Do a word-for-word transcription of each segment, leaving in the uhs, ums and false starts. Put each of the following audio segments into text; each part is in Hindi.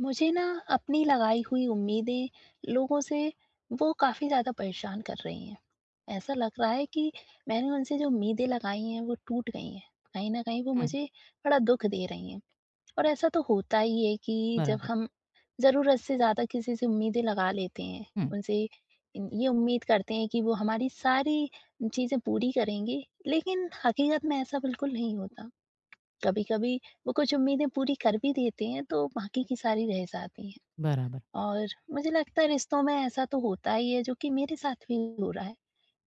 मुझे ना अपनी लगाई हुई उम्मीदें लोगों से वो काफ़ी ज़्यादा परेशान कर रही हैं। ऐसा लग रहा है कि मैंने उनसे जो उम्मीदें लगाई हैं वो टूट गई हैं। कहीं न कहीं वो हं, मुझे बड़ा दुःख दे रही हैं। और ऐसा तो होता ही है कि जब बराबर। हम ज़रूरत से ज़्यादा किसी से उम्मीदें लगा लेते हैं, हं, उनसे इन ये उम्मीद करते हैं कि वो हमारी सारी चीज़ें पूरी करेंगे, लेकिन हकीकत में ऐसा बिल्कुल नहीं होता। कभी-कभी वो कुछ उम्मीदें पूरी कर भी देते हैं तो बाकी की सारी रह जाती हैं। बराबर। और मुझे लगता है रिश्तों में ऐसा तो होता ही है जो कि मेरे साथ भी हो रहा है।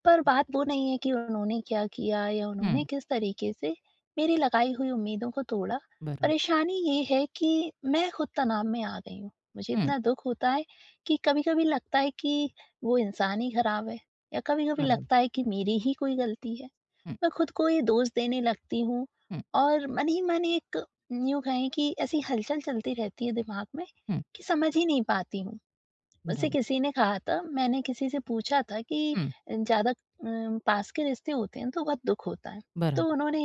पर बात वो नहीं है कि उन्होंने क्या किया या उन्होंने हं, किस तरीके से मेरी लगाई हुई उम्मीदों को तोड़ा। बराबर। परेशानी ये है कि मैं खुद तनाव में आ गई हूँ। मुझे हं, इतना दुःख होता है कि कभी-कभी लगता है कि वो इंसान ही खराब है या कभी-कभी बराबर। लगता है कि मेरी ही कोई गलती है। हं, मैं खुद को ये दोष देने लगती हूँ हं, और मन ही मन एक यूँ कहें कि ऐसी हलचल चलती रहती है दिमाग में हं, कि समझ ही नहीं पाती हूँ। मुझसे बराबर। किसी ने कहा था, मैंने किसी से पूछा था कि हं, ज़्यादा अम, पास के रिश्ते होते हैं तो बहुत दुख होता है। तो बराबर। उन्होंने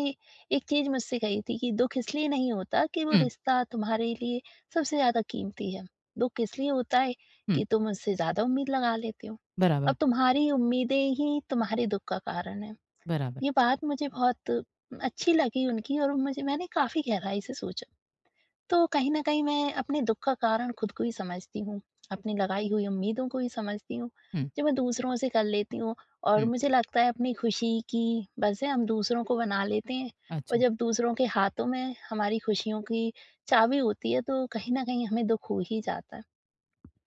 एक चीज़ मुझसे कही थी कि दुख इसलिए नहीं होता कि वो हं, रिश्ता तुम्हारे लिए सबसे ज़्यादा कीमती है। दुख इसलिए होता है हं, कि तुम उससे ज़्यादा उम्मीद लगा लेते हो। अब बराबर, तुम्हारी उम्मीदें ही तुम्हारे दुख का कारण है। बराबर। ये बात मुझे बहुत अच्छी लगी उनकी, और मुझे मैंने काफ़ी गहराई से सोचा। तो कहीं न कहीं मैं अपने दुःख का कारण खुद को ही समझती हूँ, अपनी लगाई हुई उम्मीदों को ही समझती हूँ, हुँ, जो मैं दूसरों से कर लेती हूँ। और हुँ, मुझे लगता है अपनी खुशी की वजह हम दूसरों को बना लेते हैं, और अच्छा, जब दूसरों के हाथों में हमारी खुशियों की चाबी होती है, तो कहीं न कहीं हमें दुःख हो ही जाता है।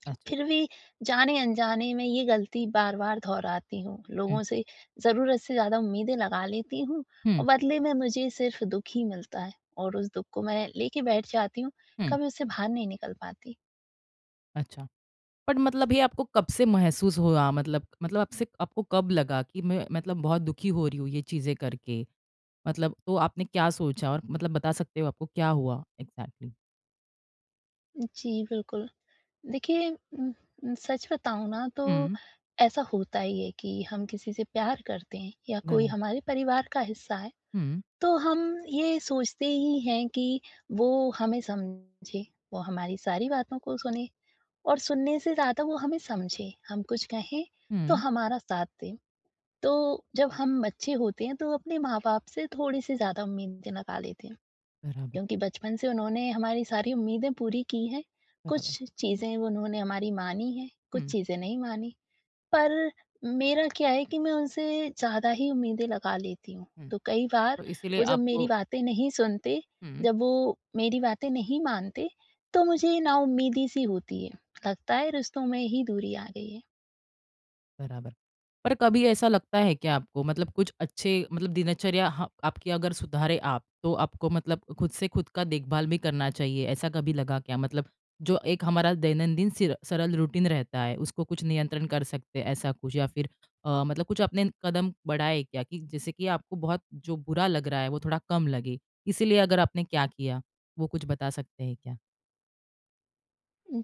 अच्छा। फिर भी जाने-अनजाने में ये गलती बार-बार दोहराती हूँ। हुँ, लोगों से ज़रूरत से ज़्यादा उम्मीदें लगा लेती हूँ हुँ, और बदले में मुझे सिर्फ़ दुःख ही मिलता है, और उस दुःख को मैं लेके बैठ जाती हूँ, हुँ, कभी उससे बाहर नहीं निकल पाती। अच्छा। बट मतलब ये आपको कब से महसूस हुआ? मतलब मतलब आपसे आपको कब लगा कि मैं मतलब बहुत दुखी हो रही हूँ ये चीज़ें करके? मतलब तो आपने क्या सोचा और मतलब बता सकते हो आपको क्या हुआ एग्ज़ैक्टली? जी, बिल्कुल। देखिए, उम, सच बताऊँ ना तो हुँ, ऐसा होता ही है कि हम किसी से प्यार करते हैं या कोई बराबर। हमारे परिवार का हिस्सा है, हुँ, तो हम ये सोचते ही हैं कि वो हमें समझे, वो हमारी सारी बातों को सुने, और सुनने से ज़्यादा वो हमें समझे, हम कुछ कहें तो हुँ, हमारा साथ दें। तो जब हम बच्चे होते हैं तो अपने माँ-बाप से थोड़ी-सी ज़्यादा उम्मीदें लगा लेते हैं, बराबर, क्योंकि बचपन से उन्होंने हमारी सारी उम्मीदें पूरी की हैं। बराबर। कुछ चीज़ें उन्होंने हमारी मानी हैं, कुछ हुँ, चीज़ें नहीं मानी। पर मेरा क्या है कि मैं उनसे ज़्यादा ही उम्मीदें लगा लेती हूँ। हुँ। तो कई बार तो इसीलिए वो जब मेरी आपको बातें नहीं सुनते, हुँ। जब वो मेरी बातें नहीं मानते, तो मुझे नाउम्मीदी सी होती है। लगता है रिश्तों में ही दूरी आ गई है। बराबर। पर कभी ऐसा लगता है क्या आपको मतलब कुछ अच्छे मतलब दिनचर्या ह आपकी अगर सुधारे आप, तो आपको मतलब खुद से खुद का देखभाल भी करना चाहिए, ऐसा कभी लगा क्या? मतलब जो एक हमारा दैनंदिन सिर सरल रूटीन रहता है, उसको कुछ नियंत्रण कर सकते हैं, ऐसा कुछ? या फिर अ, मतलब कुछ आपने कदम बढ़ाए क्या कि जैसे कि आपको बहुत जो बुरा लग रहा है, वो थोड़ा कम लगे, इसीलिए अगर आपने क्या किया, वो कुछ बता सकते हैं क्या?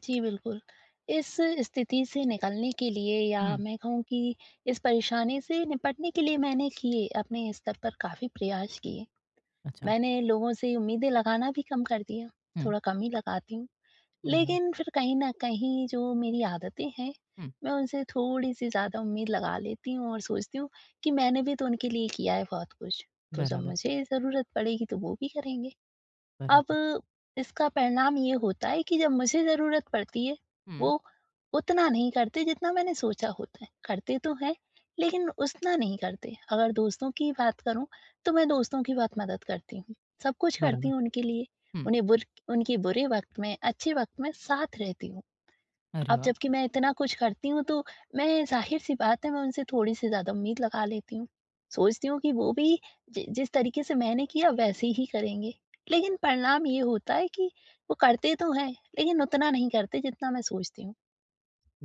जी, बिल्कुल। इस स्थिति से निकलने के लिए, या हुँ, मैं कहूँ कि इस परेशानी से निपटने के लिए, मैंने किए अपने स्तर पर काफ़ी प्रयास किए। अच्छा। मैंने लोगों से उम्मीदें लगाना भी कम कर दिया, हुँ, थोड़ा कम ही लगाती हूँ। बराबर। लेकिन फिर कहीं न कहीं जो मेरी आदतें हैं, हुँ, मैं उनसे थोड़ी-सी ज़्यादा उम्मीद लगा लेती हूँ और सोचती हूँ कि मैंने भी तो उनके लिए किया है बहुत कुछ, तो जब बराबर, मुझे ज़रूरत पड़ेगी तो वो भी करेंगे। अब बराबर। इसका परिणाम ये होता है कि जब मुझे ज़रूरत पड़ती है, वो हुँ, उतना नहीं करते जितना मैंने सोचा होता है। करते तो हैं, लेकिन उतना नहीं करते। अगर दोस्तों की बात करूँ, तो मैं दोस्तों की बहुत मदद करती हूँ। सब कुछ करती बराबर। हूँ उनके लिए। हुँ। उन्हें बुर उनके बुरे वक़्त में, अच्छे वक़्त में साथ रहती हूँ। अरे अब वाह! जबकि मैं इतना कुछ करती हूँ, तो मैं, ज़ाहिर-सी बात है, मैं उनसे थोड़ी-सी ज़्यादा उम्मीद लगा लेती हूँ। सोचती हूँ कि वो भी जि जिस तरीके से मैंने किया वैसे ही करेंगे। लेकिन परिणाम ये होता है कि वो करते तो हैं, लेकिन उतना नहीं करते जितना मैं सोचती हूँ।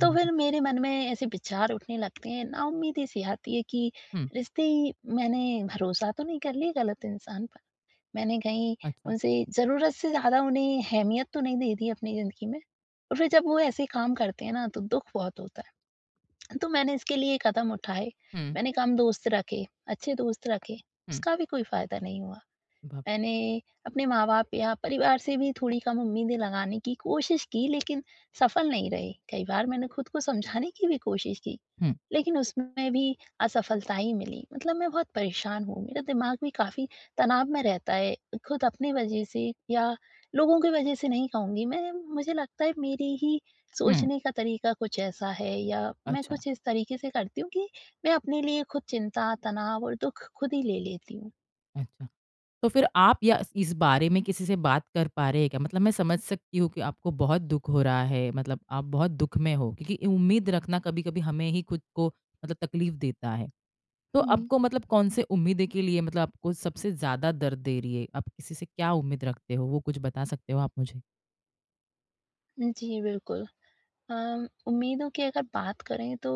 तो फिर मेरे मन में ऐसे विचार उठने लगते हैं, नाउम्मीदी-सी आती है कि हुँ, रिश्ते ही, मैंने भरोसा तो नहीं कर लिया गलत इंसान पर। मैंने कहीं अच्छा। उनसे ज़रूरत से ज़्यादा उन्हें अहमियत तो नहीं दे दी अपनी ज़िंदगी में। और फिर जब वो ऐसे काम करते हैं ना, तो दुःख बहुत होता है। तो मैंने इसके लिए कदम उठाए, हुँ, मैंने कम दोस्त रखे, अच्छे दोस्त रखे, हुँ, उसका भी कोई फ़ायदा नहीं हुआ। बाप मैंने अपने माँ-बाप या परिवार से भी थोड़ी कम उम्मीदें लगाने की कोशिश की, लेकिन सफल नहीं रही। कई बार मैंने खुद को समझाने की भी कोशिश की, हुँ, लेकिन उसमें भी असफलता ही मिली। मतलब मैं बहुत परेशान हूँ, मेरा दिमाग भी काफ़ी तनाव में रहता है। खुद अपनी वजह से या लोगों की वजह से नहीं कहूँगी मैं, मुझे लगता है मेरी ही हुँ, सोचने का तरीका कुछ ऐसा है, या मैं अच्छा, कुछ इस तरीके से करती हूँ कि मैं अपने लिए खुद चिंता, तनाव और दुःख खुद ही ले लेती हूँ। अच्छा। तो फिर आप या इस इस बारे में किसी से बात कर पा रहे हैं क्या? मतलब मैं समझ सकती हूँ कि आपको बहुत दुःख हो रहा है, मतलब आप बहुत दुःख में हो क्योंकि उम्मीद रखना कभी-कभी हमें ही खुद को मतलब तकलीफ़ देता है। तो हुँ। आपको मतलब कौन-से उम्मीदें के लिए मतलब आपको सबसे ज़्यादा दर्द दे रही है? आप किसी से क्या उम्मीद रखते हो? वो कुछ बता सकते हो आप मुझे? जी, बिल्कुल। अम, उम्मीदों की अगर बात करें, तो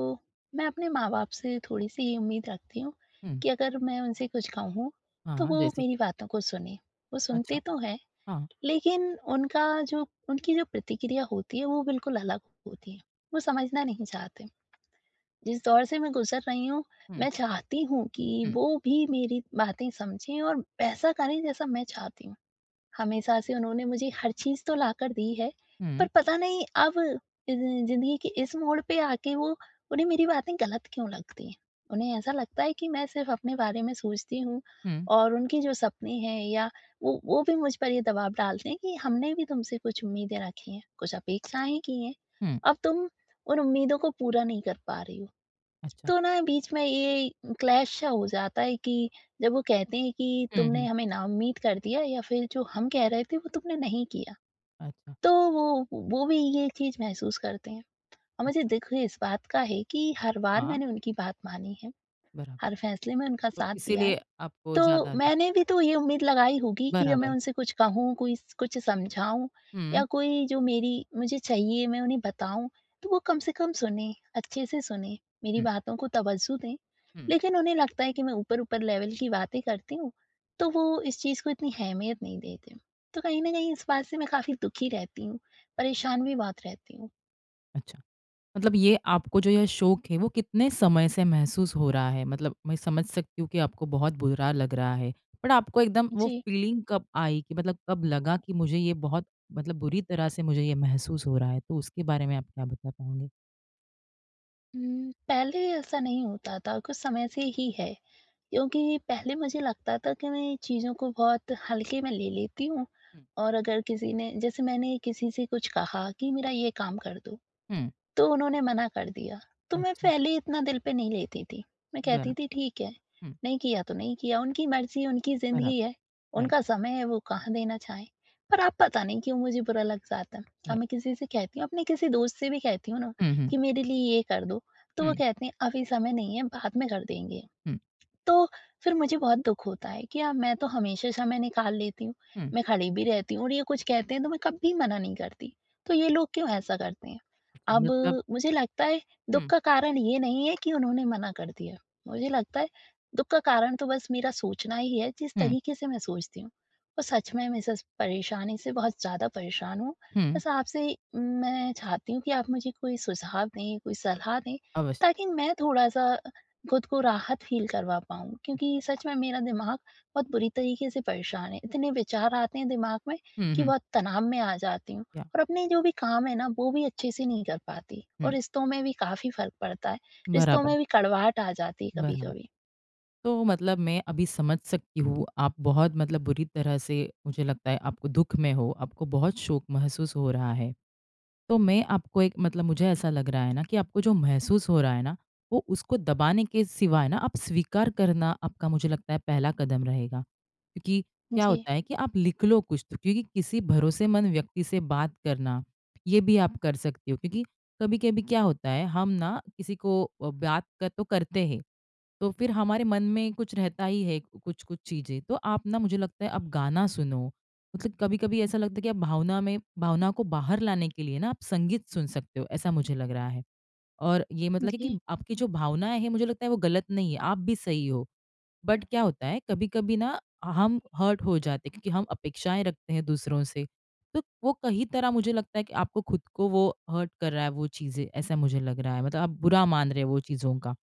मैं अपने माँ-बाप से थोड़ी-सी ये उम्मीद रखती हूँ हुँ, कि अगर मैं उनसे कुछ कहूँ, तो हाँ, वो जैसे मेरी कि बातों को सुनें। वो सुनते अच्छा, तो हैं, हाँ। लेकिन उनका जो उनकी जो प्रतिक्रिया होती है, वो बिल्कुल अलग होती है। वो समझना नहीं चाहते। जिस दौर से मैं गुज़र रही हूँ, हुँ, मैं चाहती हूँ कि हुँ, वो भी मेरी बातें समझें और वैसा करें जैसा मैं चाहती हूँ। हमेशा से उन्होंने मुझे हर चीज़ तो लाकर दी है, पर हुँ, पता नहीं अब अ, ज़िंदगी के इस मोड़ पे आके वो उन्हें मेरी बातें गलत क्यों लगती हैं। उन्हें ऐसा लगता है कि मैं सिर्फ़ अपने बारे में सोचती हूँ, हुँ, और उनके जो सपने हैं, या वो वो भी मुझ पर ये दबाव डालते हैं कि हमने भी तुमसे कुछ उम्मीदें रखी हैं, कुछ अपेक्षाएँ की हैं, हुँ, अब तुम उन उम्मीदों को पूरा नहीं कर पा रही हो। अच्छा। तो ना बीच में ये क्लैश सा हो जाता है कि जब वो कहते हैं कि हुँ, तुमने हुँ। हमें नाउम्मीद कर दिया, या फिर जो हम कह रहे थे वो तुमने नहीं किया। अच्छा, तो वो वो भी ये चीज़ महसूस करते हैं। और मुझे अच्छा। दुख इस बात का है कि हर बार हाँ, मैंने उनकी बात मानी है, बराबर। हर फैसले में उनका तो साथ दिया है। इसीलिए आपको तो ज़्यादा दूर मैंने भी तो ये उम्मीद लगाई होगी कि जब मैं बराबर। उनसे कुछ कहूँ, कोई स कुछ समझाऊँ, या हुँ, कोई जो मेरी मुझे चाहिए मैं उन्हें बताऊँ, तो वो कम से कम सुनें, अच्छे से सुनें, मेरी हुँ, बातों को तवज्जो दें। हुँ। लेकिन उन्हें लगता है कि मैं ऊपर-ऊपर लेवल की बातें करती हूँ, तो वो इस चीज़ को इतनी अहमियत नहीं देते। तो कहीं न कहीं इस बात से मैं काफ़ी दुखी रहती हूँ, परेशान भी बहुत रहती हूँ। अच्छा, मतलब ये आपको जो यह शौक है, वो कितने समय से महसूस हो रहा है? मतलब मैं समझ सकती हूँ कि आपको बहुत बुरा लग रहा है, बट आपको एकदम वो जी। फीलिंग कब आई कि मतलब कब लगा कि मुझे ये बहुत मतलब बुरी तरह से मुझे ये महसूस हो रहा है? तो उसके बारे में आप क्या बता पाओगे? उम, पहले ऐसा नहीं होता था, कुछ समय से ही है। क्योंकि पहले मुझे लगता था कि मैं चीज़ों को बहुत हल्के में ले लेती हूँ, हुँ, और अगर किसी ने, जैसे मैंने किसी से कुछ कहा कि मेरा ये काम कर दो, हुँ, तो उन्होंने मना कर दिया। तो मैं अच्छा, पहले इतना दिल पे नहीं लेती थी। मैं बरा कहती थी ठीक है, हुँ, नहीं किया तो नहीं किया, उनकी मर्ज़ी, उनकी ज़िंदगी बराबर, है, राइट, उनका समय है वो कहाँ देना चाहें। पर अब पता नहीं क्यों मुझे बुरा लग जाता है। अब राइट। मैं किसी से कहती हूँ, अपने किसी दोस्त से भी कहती हूँ ना, हुँ, हुँ, कि मेरे लिए ये कर दो, तो हुँ, वो कहते हैं अभी समय नहीं है, बाद में कर देंगे। हुँ, तो फिर मुझे बहुत दुख होता है कि यार, मैं तो हमेशा समय निकाल लेती हूँ, हुँ। मैं खड़ी भी रहती हूँ, और ये कुछ कहते हैं तो मैं कभी मना नहीं करती, तो ये लोग क्यों ऐसा करते हैं? अच्छा अब मतलब मुझे लगता है दुख हुँ, का कारण ये नहीं है कि उन्होंने मना कर दिया, मुझे लगता है दुख का कारण तो बस मेरा सोचना ही है, जिस हुँ, तरीके से मैं सोचती हूँ। और सच में मैं इस इस परेशानी से बहुत ज़्यादा परेशान हूँ। हुँ। बस आपसे मैं चाहती हूँ कि आप मुझे कोई सुझाव दें, कोई सलाह दें, अवश्य। ताकि मैं थोड़ा-सा खुद को राहत फ़ील करवा पाऊँ, क्योंकि सच में मेरा दिमाग बहुत बुरी तरीके से परेशान है। इतने विचार आते हैं दिमाग में हम्म, कि हम्म। बहुत तनाव में आ जाती हूँ, या और अपने जो भी काम है ना, वो भी अच्छे से नहीं कर पाती, और हम्म रिश्तों में भी काफ़ी फ़र्क पड़ता है। रिश्तों में बराबर भी कड़वाहट आ जाती है बरना बर कभी-कभी। तो मतलब मैं अभी समझ सकती हूँ, आप बहुत मतलब बुरी तरह से मुझे लगता है आपको दुःख में हो, आपको बहुत शोक महसूस हो रहा है। तो मैं आपको एक मतलब मुझे ऐसा लग रहा है ना कि आपको जो महसूस हो रहा है ना, वो उसको दबाने के सिवाय ना आप स्वीकार करना आपका मुझे लगता है पहला कदम रहेगा। क्योंकि क्या जी, होता है कि आप लिख लो कुछ तो क्योंकि किसी भरोसेमंद व्यक्ति से बात करना, ये भी आप कर सकती हो क्योंकि कभी-कभी क्या होता है हम ना किसी को अ, बात कर तो करते हैं। तो फिर हमारे मन में कुछ रहता ही है कुछ-कुछ चीज़ें। तो आप ना मुझे लगता है आप गाना सुनो। मतलब कभी-कभी ऐसा लगता है कि आप भावना में भावना को बाहर लाने के लिए ना आप संगीत सुन सकते हो, ऐसा मुझे लग रहा है। और ये मतलब है कि जी। आपकी जो भावनाएँ हैं मुझे लगता है वो गलत नहीं है, आप भी सही हो। बट क्या होता है कभी-कभी ना हम हर्ट हो जाते हैं क्योंकि हम अपेक्षाएँ रखते हैं दूसरों से। तो वो कहीं तरह मुझे लगता है कि आपको खुद को वो हर्ट कर रहा है वो चीज़ें, ऐसा मुझे लग रहा है। मतलब आप बुरा मान रहे हो वो चीज़ों का।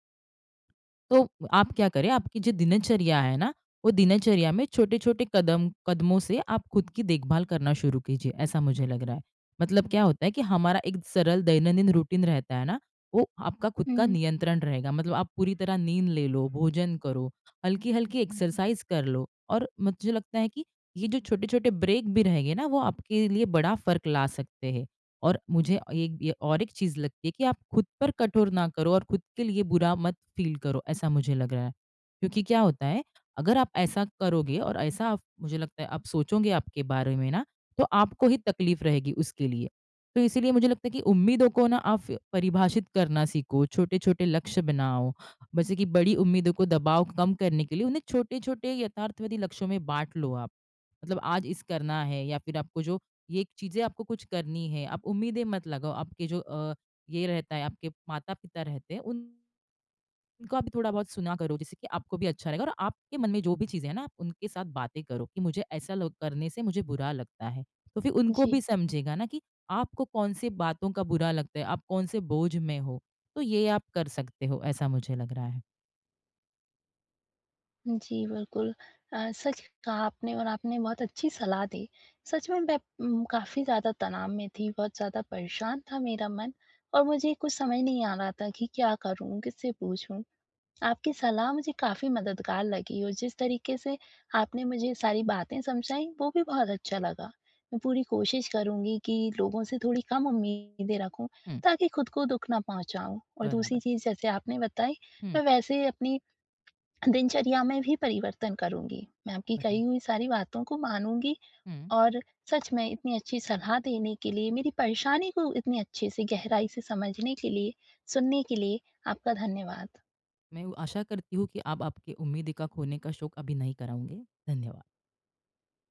तो आप क्या करें, आपकी जो दिनचर्या है ना, वो दिनचर्या में छोटे-छोटे कदम कदमों से आप खुद की देखभाल करना शुरू कीजिए, ऐसा मुझे लग रहा है। मतलब क्या होता है कि हमारा एक सरल दैनंदिन रूटीन रहता है ना, वो आपका खुद का हुँ, नियंत्रण रहेगा। मतलब आप पूरी तरह नींद ले लो, भोजन करो, हल्की-हल्की एक्सरसाइज कर लो और मुझे लगता है कि ये जो छोटे-छोटे ब्रेक भी रहेंगे ना, वो आपके लिए बड़ा फ़र्क ला सकते हैं। और मुझे एक ये और एक चीज़ लगती है कि आप खुद पर कठोर ना करो और खुद के लिए बुरा मत फ़ील करो, ऐसा मुझे लग रहा है। क्योंकि क्या होता है, अगर आप ऐसा करोगे और ऐसा आप मुझे लगता है आप सोचोगे आपके बारे में ना, तो आपको ही तकलीफ़ रहेगी उसके लिए। तो इसीलिए मुझे लगता है कि उम्मीदों को ना आप परिभाषित करना सीखो, छोटे-छोटे लक्ष्य बनाओ। वैसे कि बड़ी उम्मीदों को दबाव कम करने के लिए उन्हें छोटे-छोटे यथार्थवादी लक्ष्यों में बाँट लो आप। मतलब आज इस करना है या फिर आपको जो ये चीज़ें आपको कुछ करनी है, आप उम्मीदें मत लगाओ। आपके जो अ, ये रहता है, आपके माता-पिता रहते हैं, उनको आप थोड़ा बहुत सुना करो, जिससे कि आपको भी अच्छा रहेगा और आपके मन में जो भी चीज़ें हैं ना, आप उनके साथ बातें करो कि मुझे ऐसा लोग करने से मुझे बुरा लगता है। तो फिर उनको जी। भी समझेगा ना कि आपको कौन-सी बातों का बुरा लगता है, आप कौन-से बोझ में हो। तो ये आप कर सकते हो, ऐसा मुझे लग रहा है। जी, बिल्कुल। अ, सच कहा आपने, और आपने बहुत अच्छी सलाह दी। सच में मैं उम, काफ़ी ज़्यादा तनाव में थी, बहुत ज़्यादा परेशान था मेरा मन, और मुझे कुछ समझ नहीं आ रहा था कि क्या करूँ, किससे पूछूँ? आपकी सलाह मुझे काफ़ी मददगार लगी, और जिस तरीके से आपने मुझे सारी बातें समझाईं, वो भी बहुत अच्छा लगा। मैं पूरी कोशिश करूँगी कि लोगों से थोड़ी कम उम्मीदें रखूँ, हुँ, ताकि खुद को दुःख ना पहुँचाऊँ, और दूसरी बराबर। चीज़ जैसे आपने बताई, हुँ, मैं वैसे अपनी दिनचर्या में भी परिवर्तन करूँगी। मैं आपकी कही बराबर। हुई सारी बातों को मानूँगी, हुँ। और सच में इतनी अच्छी सलाह देने के लिए, मेरी परेशानी को इतनी अच्छे से गहराई से समझने के लिए, सुनने के लिए, आपका धन्यवाद। मैं आशा करती हूँ कि आप आपके उम्मीद का खोने का शौक अभी नहीं कराओगे। धन्यवाद।